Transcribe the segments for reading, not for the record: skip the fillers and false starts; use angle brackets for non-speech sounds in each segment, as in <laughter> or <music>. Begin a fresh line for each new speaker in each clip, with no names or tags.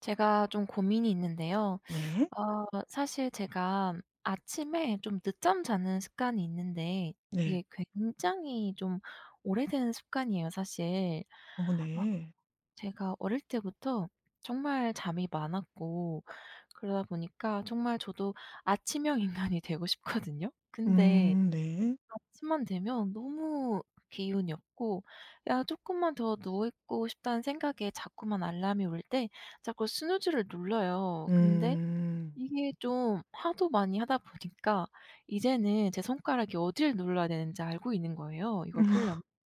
제가 좀 고민이 있는데요.
네.
사실 제가 아침에 좀 늦잠 자는 습관이 있는데
네.
이게 굉장히 좀 오래된 습관이에요, 사실.
어
어,
네.
제가 어릴 때부터 정말 잠이 많았고, 그러다 보니까 정말 저도 아침형 인간이 되고 싶거든요. 근데
네.
아침만 되면 너무 기운이 없고 '야 조금만 더 누워 있고 싶다.'는 생각에 자꾸만 알람이 울 때 자꾸 스누즈를 눌러요. 근데
음.
이게 좀 하도 많이 하다 보니까 이제는 제 손가락이 어디를 눌러야 되는지 알고 있는 거예요, 이걸 끌려면.
<laughs>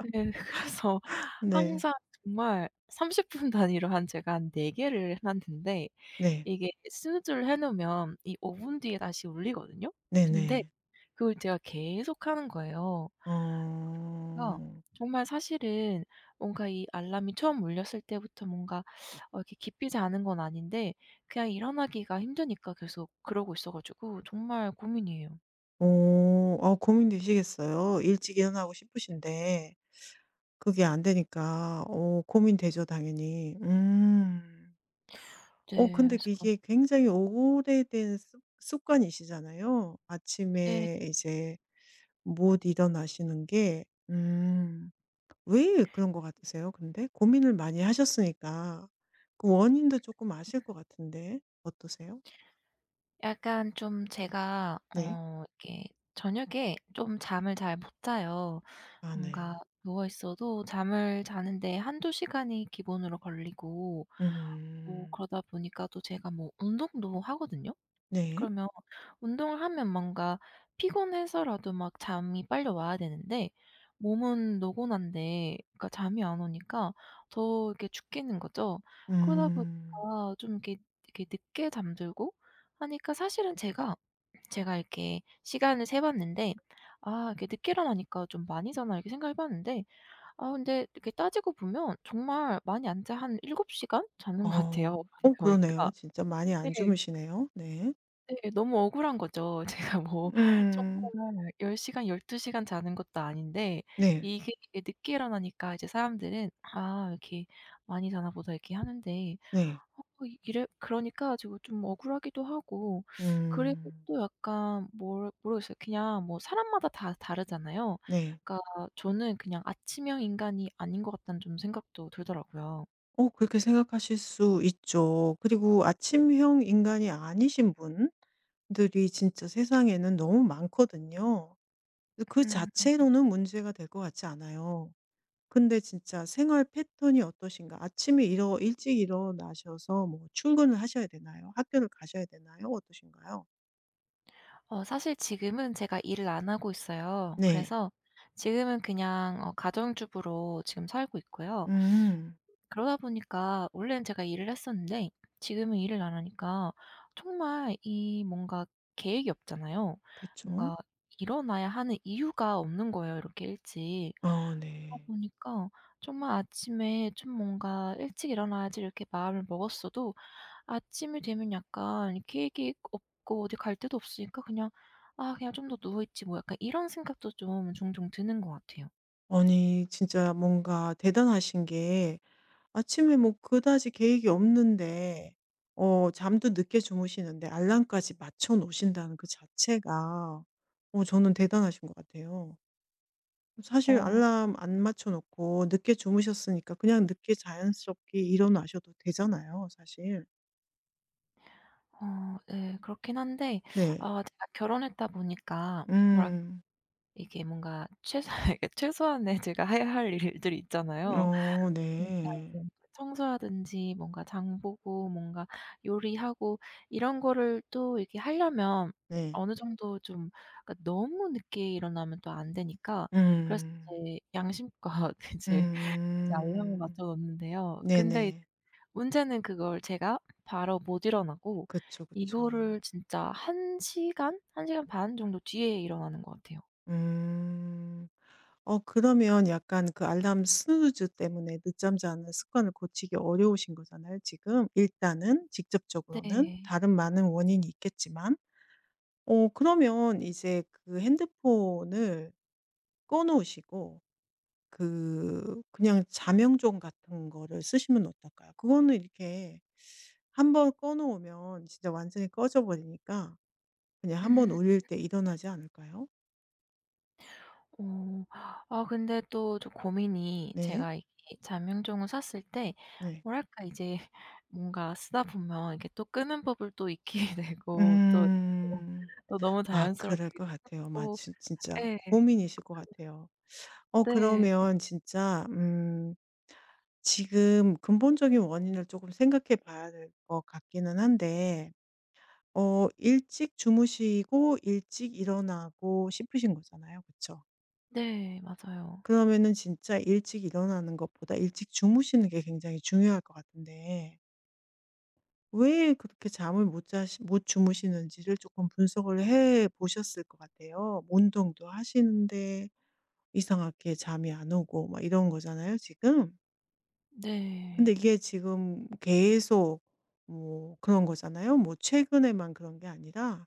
네. <laughs> 그래서
네.
항상 정말 30분 <laughs> 단위로 한 제가 한 4 개를 해 놨는데,
네.
이게 스누즈를 해 놓으면 이 5분 뒤에 다시 울리거든요. 근데
네네.
그걸 제가 계속하는 거예요. 그래서
어.
정말 사실은 뭔가 이 알람이 처음 울렸을 때부터 뭔가 이렇게 기쁘지 않은 건 아닌데, 그냥 일어나기가 힘드니까 계속 그러고 있어 가지고 정말 고민이에요.
어. 아 고민되시겠어요. 일찍 일어나고 싶으신데 그게 안 되니까 어 고민되죠 당연히. 음. 어
네.
근데
그래서.
이게 굉장히 오래된 습 습관이시잖아요.
네.
아침에 이제 못 일어나시는 게. 음. 왜 그런 것 같으세요? 근데 고민을 많이 하셨으니까 그 원인도 조금 아실 것 같은데 어떠세요?
약간 좀 제가
네.
이렇게 저녁에 좀 잠을 잘 못 자요.
아
뭔가
네.
누워 있어도 잠을 자는데 한두 시간이 기본으로 걸리고, 뭐
음.
그러다 보니까 또 제가 뭐 운동도 하거든요.
네.
그러면 운동을 하면 뭔가 피곤해서라도 막 잠이 빨려 와야 되는데, 몸은 노곤한데 그러니까 잠이 안 오니까 더 이렇게 죽겠는 거죠. 그러다
음.
보니까 좀 이렇게 늦게 잠들고 하니까, 사실은 제가 이렇게 시간을 세 봤는데 '아 이렇게 늦게 일어나니까 좀 많이 자나.' 이렇게 생각해 봤는데, 아 근데 이렇게 따지고 보면 정말 많이 안 자, 한 7 시간 자는 것 같아요.
어. 어
<laughs> 보니까.
그러네요. 진짜 많이 안
네.
주무시네요. 네.
네. 너무 억울한 거죠. <laughs> 제가 뭐
음.
정말 10 시간 12 시간 자는 것도 아닌데
네.
이게 늦게 일어나니까 이제 사람들은 '아 이렇게 많이 자나 보다.' 이렇게 하는데
네.
어 이래 그러니까 가지고 좀 억울하기도 하고, 그리고
음.
또 약간 뭘 모르겠어요. 그냥 뭐 사람마다 다 다르잖아요.
네.
그러니까 저는 그냥 아침형 인간이 아닌 것 같다는 좀 생각도 들더라고요.
어 그렇게 생각하실 수 있죠. 그리고 아침형 인간이 아니신 분들이 진짜 세상에는 너무 많거든요. 근데 그
음.
자체로는 문제가 될 것 같지 않아요. 근데 진짜 생활 패턴이 어떠신가? 아침에 일어 일찍 일어나셔서 뭐 출근을 하셔야 되나요? 학교를 가셔야 되나요? 어떠신가요?
사실 지금은 제가 일을 안 하고 있어요.
네.
그래서 지금은 그냥 가정주부로 지금 살고 있고요.
음.
그러다 보니까 원래는 제가 일을 했었는데 지금은 일을 안 하니까 정말 이 뭔가 계획이 없잖아요.
그렇죠.
뭔가 일어나야 하는 이유가 없는 거예요, 이렇게 일찍.
어
그러다
네.
보니까 정말 아침에 좀 뭔가 '일찍 일어나야지.' 이렇게 마음을 먹었어도 아침이 되면 약간 계획이 없고 어디 갈 데도 없으니까 그냥 '아 그냥 좀 더 누워 있지 뭐.' 약간 이런 생각도 좀 종종 드는 것 같아요.
아니 진짜 뭔가 대단하신 게 아침에 뭐 그다지 계획이 없는데 어 잠도 늦게 주무시는데 알람까지 맞춰 놓으신다는 그 자체가 어 저는 대단하신 것 같아요. 사실
어.
알람 안 맞춰 놓고 늦게 주무셨으니까 그냥 늦게 자연스럽게 일어나셔도 되잖아요, 사실.
어, 예. 그렇긴 한데,
네.
제가 결혼했다 보니까 뭐랄까,
음.
이게 뭔가 최소한 이게 <laughs> 최소한의 제가 해야 할 일들이 있잖아요.
어
그러니까
네.
이제 청소하든지 뭔가 장 보고 뭔가 요리하고 이런 거를 또 이렇게 하려면
네.
어느 정도 좀, 그러니까 너무 늦게 일어나면 또 안 되니까, 그래서
음.
이제 양심껏 <laughs> 이제 알람을
음.
맞춰 놓는데요. 근데
네네.
문제는 그걸 제가 바로 못 일어나고
그쵸,
이거를
그쵸.
진짜 한 시간, 한 시간 반 정도 뒤에 일어나는 것 같아요.
음. 어 그러면 약간 그 알람 스누즈 때문에 늦잠 자는 습관을 고치기 어려우신 거잖아요, 지금. 일단은 직접적으로는
네.
다른 많은 원인이 있겠지만. 어 그러면 이제 그 핸드폰을 꺼 놓으시고 그 그냥 자명종 같은 거를 쓰시면 어떨까요? 그거는 이렇게 한번 꺼 놓으면 진짜 완전히 꺼져 버리니까 그냥 한번
음.
울릴 때 일어나지 않을까요?
어. 아 근데 또 좀 고민이,
네.
제가 이 자명종을 샀을 때
네.
뭐랄까 이제 <laughs> 뭔가 쓰다 보면 이게 또 끄는 법을 또 익히게 <laughs> 되고, 또
음.
또 너무
아 그럴
자연스럽게
것 같아요. 마
쓰고.
진 진짜
네,
고민이실 것 같아요. 어
네.
그러면 진짜 지금 근본적인 원인을 조금 생각해 봐야 될 것 같기는 한데 어 일찍 주무시고 일찍 일어나고 싶으신 거잖아요. 그쵸?
네. 맞아요.
그러면은 진짜 일찍 일어나는 것보다 일찍 주무시는 게 굉장히 중요할 것 같은데 왜 그렇게 잠을 못 자시 못 주무시는지를 조금 분석을 해 보셨을 것 같아요. 뭐 운동도 하시는데 이상하게 잠이 안 오고 막 이런 거잖아요 지금.
네.
근데 이게 지금 계속 뭐 그런 거잖아요. 뭐 최근에만 그런 게 아니라.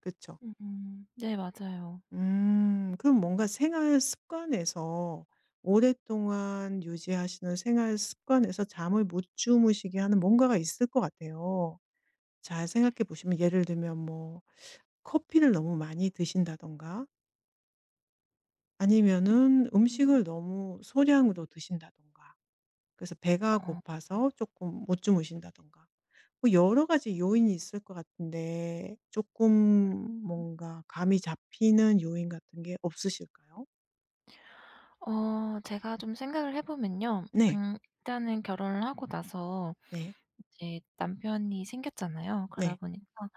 그쵸.
음음. 네, 맞아요.
음. 그럼 뭔가 생활 습관에서 오랫동안 유지하시는 생활 습관에서 잠을 못 주무시게 하는 뭔가가 있을 것 같아요. 잘 생각해 보시면 예를 들면 뭐 커피를 너무 많이 드신다든가 아니면은
음.
음식을 너무 소량으로 드신다든가 그래서 배가
어.
고파서 조금 못 주무신다든가 뭐 여러 가지 요인이 있을 것 같은데 조금 뭔가 감이 잡히는 요인 같은 게 없으실까요?
제가 좀 생각을 해 보면요.
네.
일단은 결혼을 하고 나서
네.
이제 남편이 생겼잖아요. 그러다
네.
보니까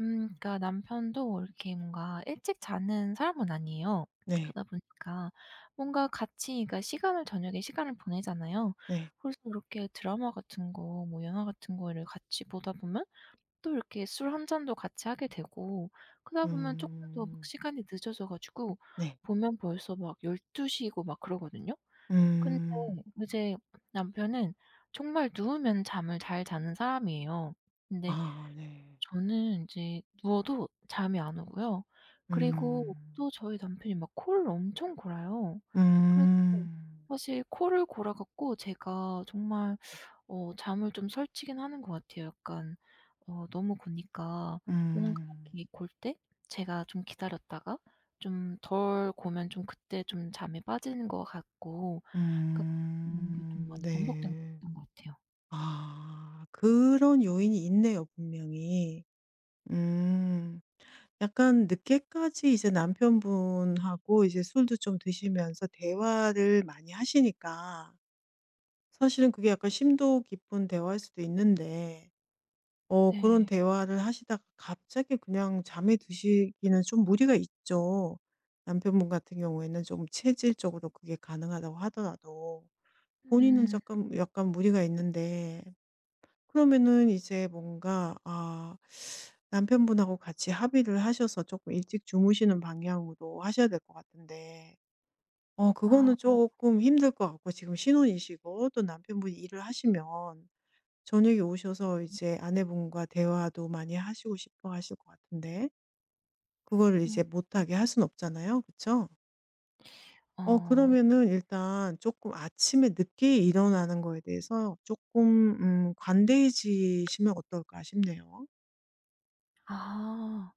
그러니까 남편도 이렇게 뭔가 일찍 자는 사람은 아니에요.
네.
그러다 보니까 뭔가 같이, 그러니까 시간을, 저녁에 시간을 보내잖아요.
네.
그래서 이렇게 드라마 같은 거, 뭐 영화 같은 거를 같이 보다 보면 또 이렇게 술 한 잔도 같이 하게 되고, 그러다 보면 쪼끔 더 막
음.
시간이 늦어져 가지고
네.
보면 벌써 막 12 시고 막 그러거든요. 근데
음.
이제 남편은 정말 누우면 잠을 잘 자는 사람이에요. 근데
아 네.
저는 이제 누워도 잠이 안 오고요. 그리고
음.
또 저희 남편이 막 코를 엄청 골아요. 그래서
음.
사실 코를 골아 갖고 제가 정말 잠을 좀 설치긴 하는 것 같아요. 약간 너무 고니까 뭔가
음.
이렇게 골 때 제가 좀 기다렸다가, 좀 덜 고면 좀 그때 좀 잠에 빠지는 것 같고, 그러니까 이런 게 좀
음.
많이 반복된
네.
것 같아요.
아 그런 요인이 있네요 분명히. 음. 약간 늦게까지 이제 남편분하고 이제 술도 좀 드시면서 대화를 많이 하시니까 사실은 그게 약간 심도 깊은 대화일 수도 있는데 어 그런
네.
대화를 하시다가 갑자기 그냥 잠에 드시기는 좀 무리가 있죠. 남편분 같은 경우에는 좀 체질적으로 그게 가능하다고 하더라도 본인은
음.
조금 약간 무리가 있는데 그러면은 이제 뭔가 아 남편분하고 같이 합의를 하셔서 조금 일찍 주무시는 방향으로 하셔야 될 것 같은데 어
아.
그거는 조금 힘들 것 같고 지금 신혼이시고 또 남편분이 일을 하시면 저녁에 오셔서 이제 아내분과 대화도 많이 하시고 싶어 하실 것 같은데 그거를
음.
이제
음,
못하게 할 수는 없잖아요. 그쵸? 어
어.
그러면은 일단 조금 아침에 늦게 일어나는 거에 대해서 조금 관대해지시면 어떨까 싶네요.
아.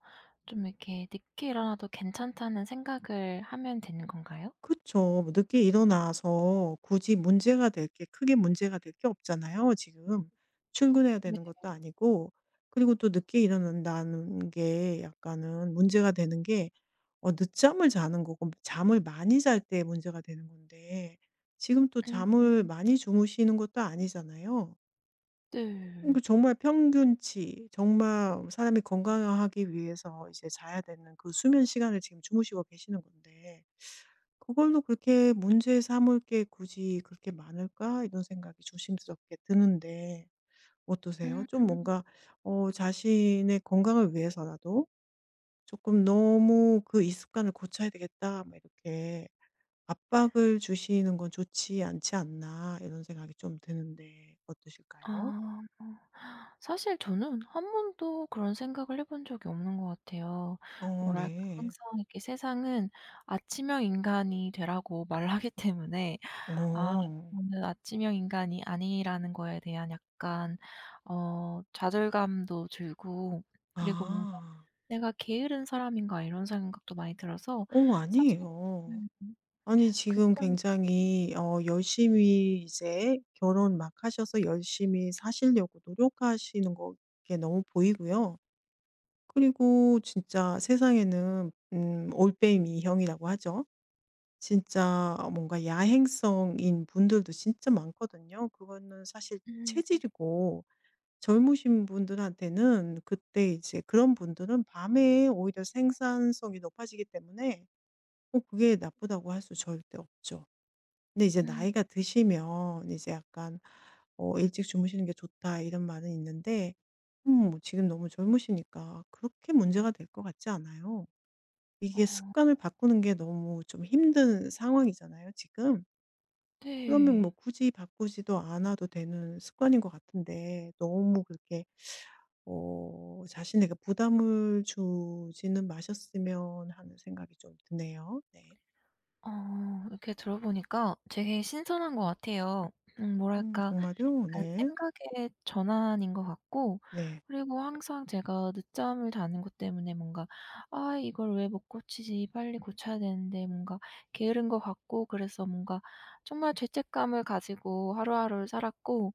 좀 이렇게 늦게 일어나도 괜찮다는 생각을 하면 되는 건가요?
그쵸. 뭐 늦게 일어나서 굳이 문제가 될 게 크게 문제가 될 게 없잖아요 지금. 출근해야
네.
되는 것도 아니고 그리고 또 늦게 일어난다는 게 약간은 문제가 되는 게 어 늦잠을 자는 거고 잠을 많이 잘 때 문제가 되는 건데 지금 또
음.
잠을 많이 주무시는 것도 아니잖아요.
네.
그 정말 평균치 정말 사람이 건강하기 위해서 이제 자야 되는 그 수면 시간을 지금 주무시고 계시는 건데 그걸로 그렇게 문제 삼을 게 굳이 그렇게 많을까? 이런 생각이 조심스럽게 드는데 어떠세요? 좀
음.
뭔가 어 자신의 건강을 위해서라도 조금 '너무 그 이 습관을 고쳐야 되겠다.' 막 이렇게 압박을 주시는 건 좋지 않지 않나 이런 생각이 좀 드는데 어떠실까요?
아. 사실 저는 한 번도 그런 생각을 해본 적이 없는 것 같아요.
어
뭐랄까
네.
항상 이렇게 세상은 아침형 인간이 되라고 말하기 <laughs> 때문에 아
어.
저는 아침형 인간이 아니라는 거에 대한 약간 좌절감도 들고, 그리고 뭔가
아.
'내가 게으른 사람인가.' 이런 생각도 많이 들어서
어
사실.
아니에요.
음.
아니 지금
굉장히.
굉장히 어 열심히 이제 결혼 막 하셔서 열심히 사시려고 노력하시는 거 게 너무 보이고요. 그리고 진짜 세상에는 올빼미 형이라고 하죠. 진짜 뭔가 야행성인 분들도 진짜 많거든요. 그거는 사실
음.
체질이고 젊으신 분들한테는 그때 이제 그런 분들은 밤에 오히려 생산성이 높아지기 때문에 뭐 그게 나쁘다고 할 수 절대 없죠. 근데 이제
음.
나이가 드시면 이제 약간 어 "일찍 주무시는 게 좋다." 이런 말은 있는데 뭐 지금 너무 젊으시니까 그렇게 문제가 될 것 같지 않아요.
어.
이게 습관을 바꾸는 게 너무 좀 힘든 상황이잖아요 지금. 그러면 뭐
네.
굳이 바꾸지도 않아도 되는 습관인 것 같은데 너무 그렇게 어 자신에게 부담을 주지는 마셨으면 하는 생각이 좀 드네요. 네.
이렇게 들어보니까 되게 신선한 것 같아요. 뭐랄까,
정말요?
약간
네.
생각의 전환인 것 같고,
네.
그리고 항상 제가 늦잠을 자는 것 때문에 뭔가 '아 이걸 왜 못 고치지. 빨리 고쳐야 되는데.' 뭔가 게으른 것 같고 그래서 뭔가 정말 죄책감을 가지고 하루하루를 살았고,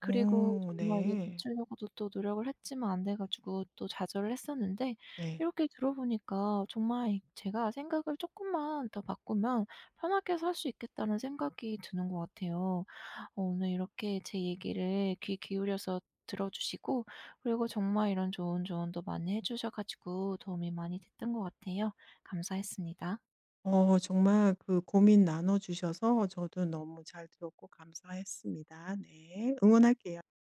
그리고
오.
정말 이게
네.
고치려고도 또 노력을 했지만 안 돼 가지고 또 좌절을 했었는데,
네.
이렇게 들어보니까 정말 제가 '생각을 조금만 더 바꾸면 편하게 살 수 있겠다.'는 생각이 드는 것 같아요. 오늘 이렇게 제 얘기를 귀 기울여서 들어주시고, 그리고 정말 이런 좋은 조언도 많이 해주셔 가지고 도움이 많이 됐던 것 같아요. 감사했습니다.
어 정말 그 고민 나눠 주셔서 저도 너무 잘 들었고 감사했습니다. 네. 응원할게요.